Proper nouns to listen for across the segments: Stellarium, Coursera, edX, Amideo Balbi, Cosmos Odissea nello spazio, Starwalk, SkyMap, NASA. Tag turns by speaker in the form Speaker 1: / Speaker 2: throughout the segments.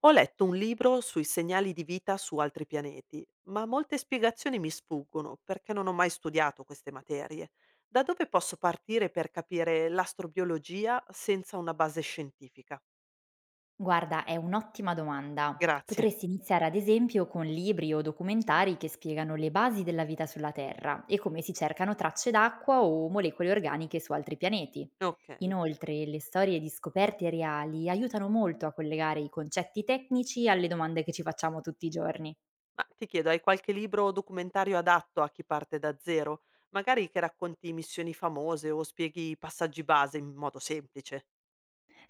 Speaker 1: Ho letto un libro sui segnali di vita su altri pianeti, ma molte spiegazioni mi sfuggono perché non ho mai studiato queste materie. Da dove posso partire per capire l'astrobiologia senza una base scientifica?
Speaker 2: Guarda, è un'ottima domanda.
Speaker 1: Grazie.
Speaker 2: Potresti iniziare ad esempio con libri o documentari che spiegano le basi della vita sulla Terra e come si cercano tracce d'acqua o molecole organiche su altri pianeti.
Speaker 1: Ok,
Speaker 2: Inoltre, le storie di scoperte reali aiutano molto a collegare i concetti tecnici alle domande che ci facciamo tutti i giorni.
Speaker 1: ma ti chiedo, hai qualche libro o documentario adatto a chi parte da zero? Magari che racconti missioni famose o spieghi i passaggi base in modo semplice.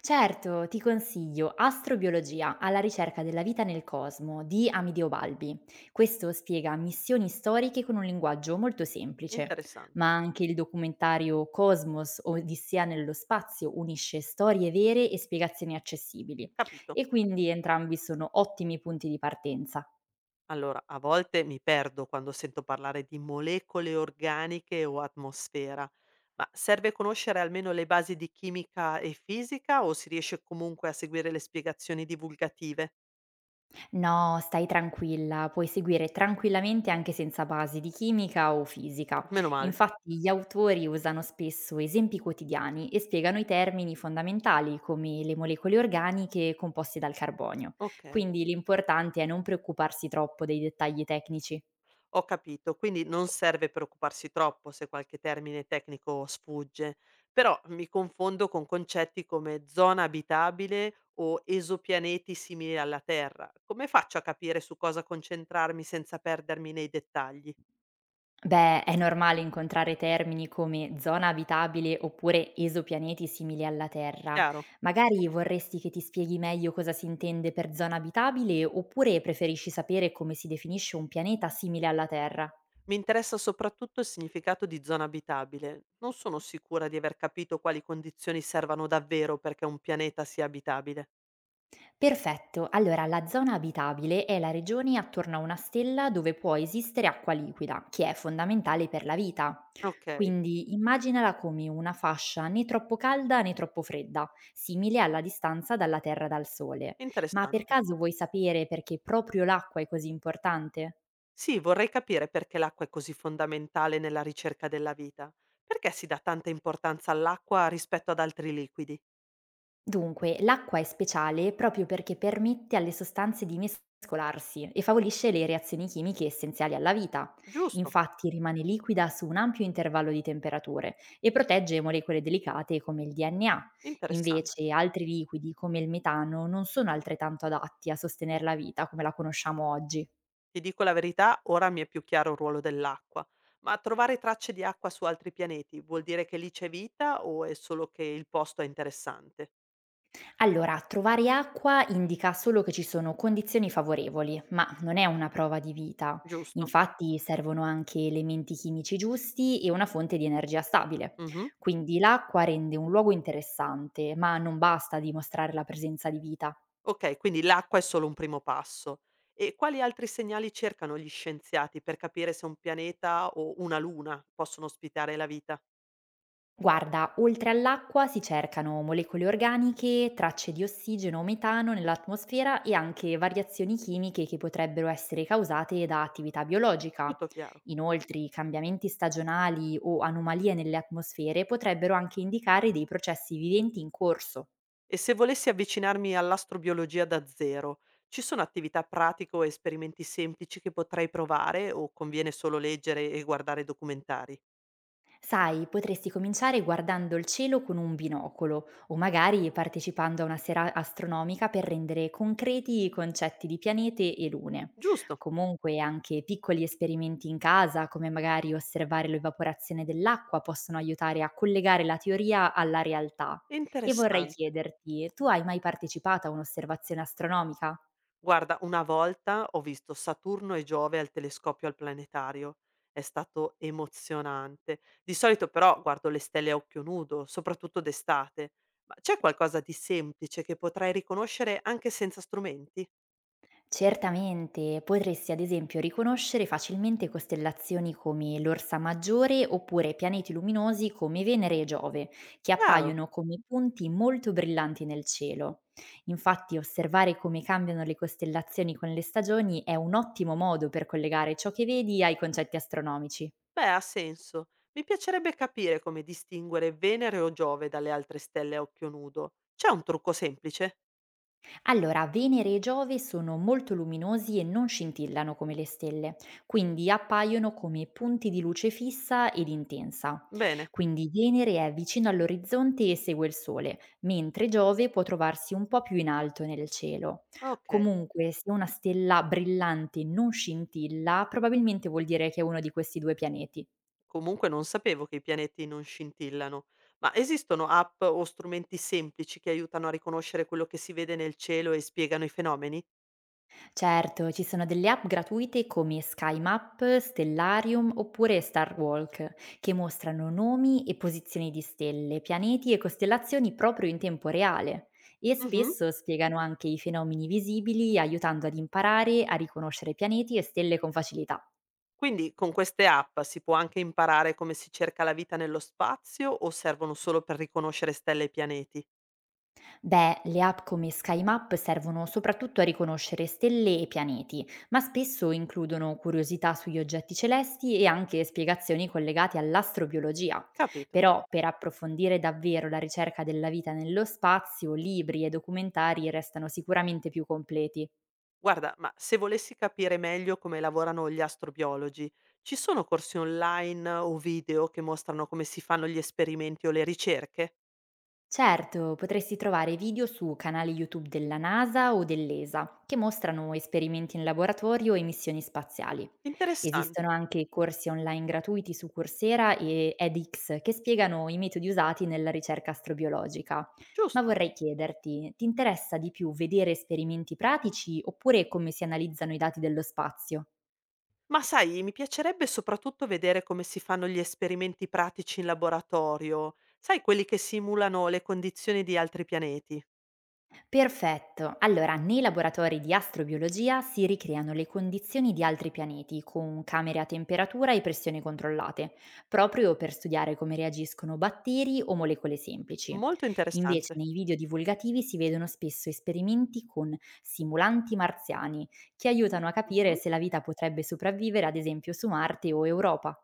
Speaker 2: Certo, ti consiglio Astrobiologia alla ricerca della vita nel cosmo di Amideo Balbi. Questo spiega missioni storiche con un linguaggio molto semplice,
Speaker 1: Interessante.
Speaker 2: ma anche il documentario Cosmos Odissea nello spazio unisce storie vere e spiegazioni accessibili
Speaker 1: Capito.
Speaker 2: e quindi entrambi sono ottimi punti di partenza.
Speaker 1: Allora, a volte mi perdo quando sento parlare di molecole organiche o atmosfera, ma serve conoscere almeno le basi di chimica e fisica o si riesce comunque a seguire le spiegazioni divulgative?
Speaker 2: No, stai tranquilla, puoi seguire tranquillamente anche senza basi di chimica o fisica.
Speaker 1: Meno male.
Speaker 2: Infatti gli autori usano spesso esempi quotidiani e spiegano i termini fondamentali come le molecole organiche composte dal carbonio.
Speaker 1: Ok,
Speaker 2: Quindi l'importante è non preoccuparsi troppo dei dettagli tecnici.
Speaker 1: ho capito, quindi non serve preoccuparsi troppo se qualche termine tecnico sfugge, però mi confondo con concetti come zona abitabile o esopianeti simili alla Terra. Come faccio a capire su cosa concentrarmi senza perdermi nei dettagli?
Speaker 2: Beh, è normale incontrare termini come zona abitabile oppure esopianeti simili alla Terra.
Speaker 1: Chiaro.
Speaker 2: Magari vorresti che ti spieghi meglio cosa si intende per zona abitabile oppure preferisci sapere come si definisce un pianeta simile alla Terra?
Speaker 1: Mi interessa soprattutto il significato di zona abitabile. Non sono sicura di aver capito quali condizioni servano davvero perché un pianeta sia abitabile.
Speaker 2: Perfetto, allora la zona abitabile è la regione attorno a una stella dove può esistere acqua liquida, che è fondamentale per la vita.
Speaker 1: Ok,
Speaker 2: Quindi immaginala come una fascia né troppo calda né troppo fredda, simile alla distanza dalla Terra dal Sole. Ma per
Speaker 1: interessante.
Speaker 2: caso vuoi sapere perché proprio l'acqua è così importante?
Speaker 1: Sì, vorrei capire perché l'acqua è così fondamentale nella ricerca della vita. Perché si dà tanta importanza all'acqua rispetto ad altri liquidi?
Speaker 2: Dunque, l'acqua è speciale proprio perché permette alle sostanze di mescolarsi e favorisce le reazioni chimiche essenziali alla vita.
Speaker 1: Giusto,
Speaker 2: Infatti rimane liquida su un ampio intervallo di temperature e protegge molecole delicate come il DNA.
Speaker 1: interessante.
Speaker 2: Invece altri liquidi come il metano non sono altrettanto adatti a sostenere la vita come la conosciamo oggi.
Speaker 1: Ti dico la verità, ora mi è più chiaro il ruolo dell'acqua. Ma trovare tracce di acqua su altri pianeti vuol dire che lì c'è vita o è solo che il posto è interessante?
Speaker 2: Allora, trovare acqua indica solo che ci sono condizioni favorevoli, ma non è una prova di vita.
Speaker 1: Giusto.
Speaker 2: Infatti servono anche elementi chimici giusti e una fonte di energia stabile.
Speaker 1: Mh-mh.
Speaker 2: Quindi l'acqua rende un luogo interessante, ma non basta a dimostrare la presenza di vita.
Speaker 1: Okay, quindi l'acqua è solo un primo passo. E quali altri segnali cercano gli scienziati per capire se un pianeta o una luna possono ospitare la vita?
Speaker 2: Guarda, oltre all'acqua si cercano molecole organiche, tracce di ossigeno o metano nell'atmosfera e anche variazioni chimiche che potrebbero essere causate da attività biologica.
Speaker 1: Tutto chiaro.
Speaker 2: Inoltre, i cambiamenti stagionali o anomalie nelle atmosfere potrebbero anche indicare dei processi viventi in corso.
Speaker 1: E se volessi avvicinarmi all'astrobiologia da zero, ci sono attività pratiche o esperimenti semplici che potrei provare o conviene solo leggere e guardare documentari?
Speaker 2: Sai, potresti cominciare guardando il cielo con un binocolo o magari partecipando a una sera astronomica per rendere concreti i concetti di pianete e lune.
Speaker 1: Giusto,
Speaker 2: Comunque anche piccoli esperimenti in casa, come magari osservare l'evaporazione dell'acqua, possono aiutare a collegare la teoria alla realtà. E vorrei
Speaker 1: interessante.
Speaker 2: chiederti, tu hai mai partecipato a un'osservazione astronomica?
Speaker 1: Guarda, una volta ho visto Saturno e Giove al telescopio al planetario. È stato emozionante. Di solito però guardo le stelle a occhio nudo, soprattutto d'estate. Ma c'è qualcosa di semplice che potrei riconoscere anche senza strumenti?
Speaker 2: Certamente, potresti ad esempio riconoscere facilmente costellazioni come l'Orsa Maggiore oppure pianeti luminosi come Venere e Giove, che
Speaker 1: Chiaro.
Speaker 2: appaiono come punti molto brillanti nel cielo. Infatti, osservare come cambiano le costellazioni con le stagioni è un ottimo modo per collegare ciò che vedi ai concetti astronomici.
Speaker 1: Beh, ha senso. Mi piacerebbe capire come distinguere Venere o Giove dalle altre stelle a occhio nudo. C'è un trucco semplice?
Speaker 2: Allora, Venere e Giove sono molto luminosi e non scintillano come le stelle, quindi appaiono come punti di luce fissa ed intensa.
Speaker 1: Bene,
Speaker 2: Quindi Venere è vicino all'orizzonte e segue il Sole, mentre Giove può trovarsi un po' più in alto nel cielo.
Speaker 1: ok.
Speaker 2: Comunque, se una stella brillante non scintilla, probabilmente vuol dire che è uno di questi due pianeti.
Speaker 1: Comunque non sapevo che i pianeti non scintillano, ma esistono app o strumenti semplici che aiutano a riconoscere quello che si vede nel cielo e spiegano i fenomeni?
Speaker 2: Certo, ci sono delle app gratuite come SkyMap, Stellarium oppure Starwalk, che mostrano nomi e posizioni di stelle, pianeti e costellazioni proprio in tempo reale e
Speaker 1: Mhm.
Speaker 2: spesso spiegano anche i fenomeni visibili, aiutando ad imparare a riconoscere pianeti e stelle con facilità.
Speaker 1: Quindi con queste app si può anche imparare come si cerca la vita nello spazio o servono solo per riconoscere stelle e pianeti?
Speaker 2: Beh, le app come Sky Map servono soprattutto a riconoscere stelle e pianeti, ma spesso includono curiosità sugli oggetti celesti e anche spiegazioni collegate all'astrobiologia.
Speaker 1: Capito.
Speaker 2: Però per approfondire davvero la ricerca della vita nello spazio, libri e documentari restano sicuramente più completi.
Speaker 1: Guarda, ma se volessi capire meglio come lavorano gli astrobiologi, ci sono corsi online o video che mostrano come si fanno gli esperimenti o le ricerche?
Speaker 2: Certo, potresti trovare video su canali YouTube della NASA o dell'ESA che mostrano esperimenti in laboratorio e missioni spaziali. Esistono
Speaker 1: Interessante,
Speaker 2: anche corsi online gratuiti su Coursera e edX che spiegano i metodi usati nella ricerca astrobiologica. Ma
Speaker 1: giusto?
Speaker 2: vorrei chiederti, ti interessa di più vedere esperimenti pratici oppure come si analizzano i dati dello spazio?
Speaker 1: Ma sai, mi piacerebbe soprattutto vedere come si fanno gli esperimenti pratici in laboratorio, sai quelli che simulano le condizioni di altri pianeti.
Speaker 2: Perfetto. Allora, nei laboratori di astrobiologia si ricreano le condizioni di altri pianeti con camere a temperatura e pressione controllate, proprio per studiare come reagiscono batteri o molecole semplici.
Speaker 1: Molto
Speaker 2: Invece,
Speaker 1: interessante.
Speaker 2: nei video divulgativi si vedono spesso esperimenti con simulanti marziani, che aiutano a capire
Speaker 1: Mh-mh.
Speaker 2: se la vita potrebbe sopravvivere, ad esempio, su Marte o Europa.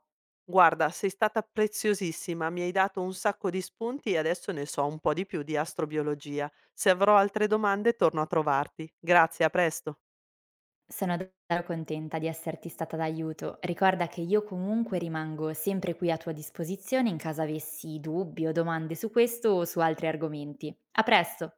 Speaker 1: Guarda, sei stata preziosissima, mi hai dato un sacco di spunti e adesso ne so un po' di più di astrobiologia. Se avrò altre domande torno a trovarti. Grazie, a presto.
Speaker 2: Sono davvero contenta di esserti stata d'aiuto. Ricorda che io comunque rimango sempre qui a tua disposizione in caso avessi dubbi o domande su questo o su altri argomenti. A presto!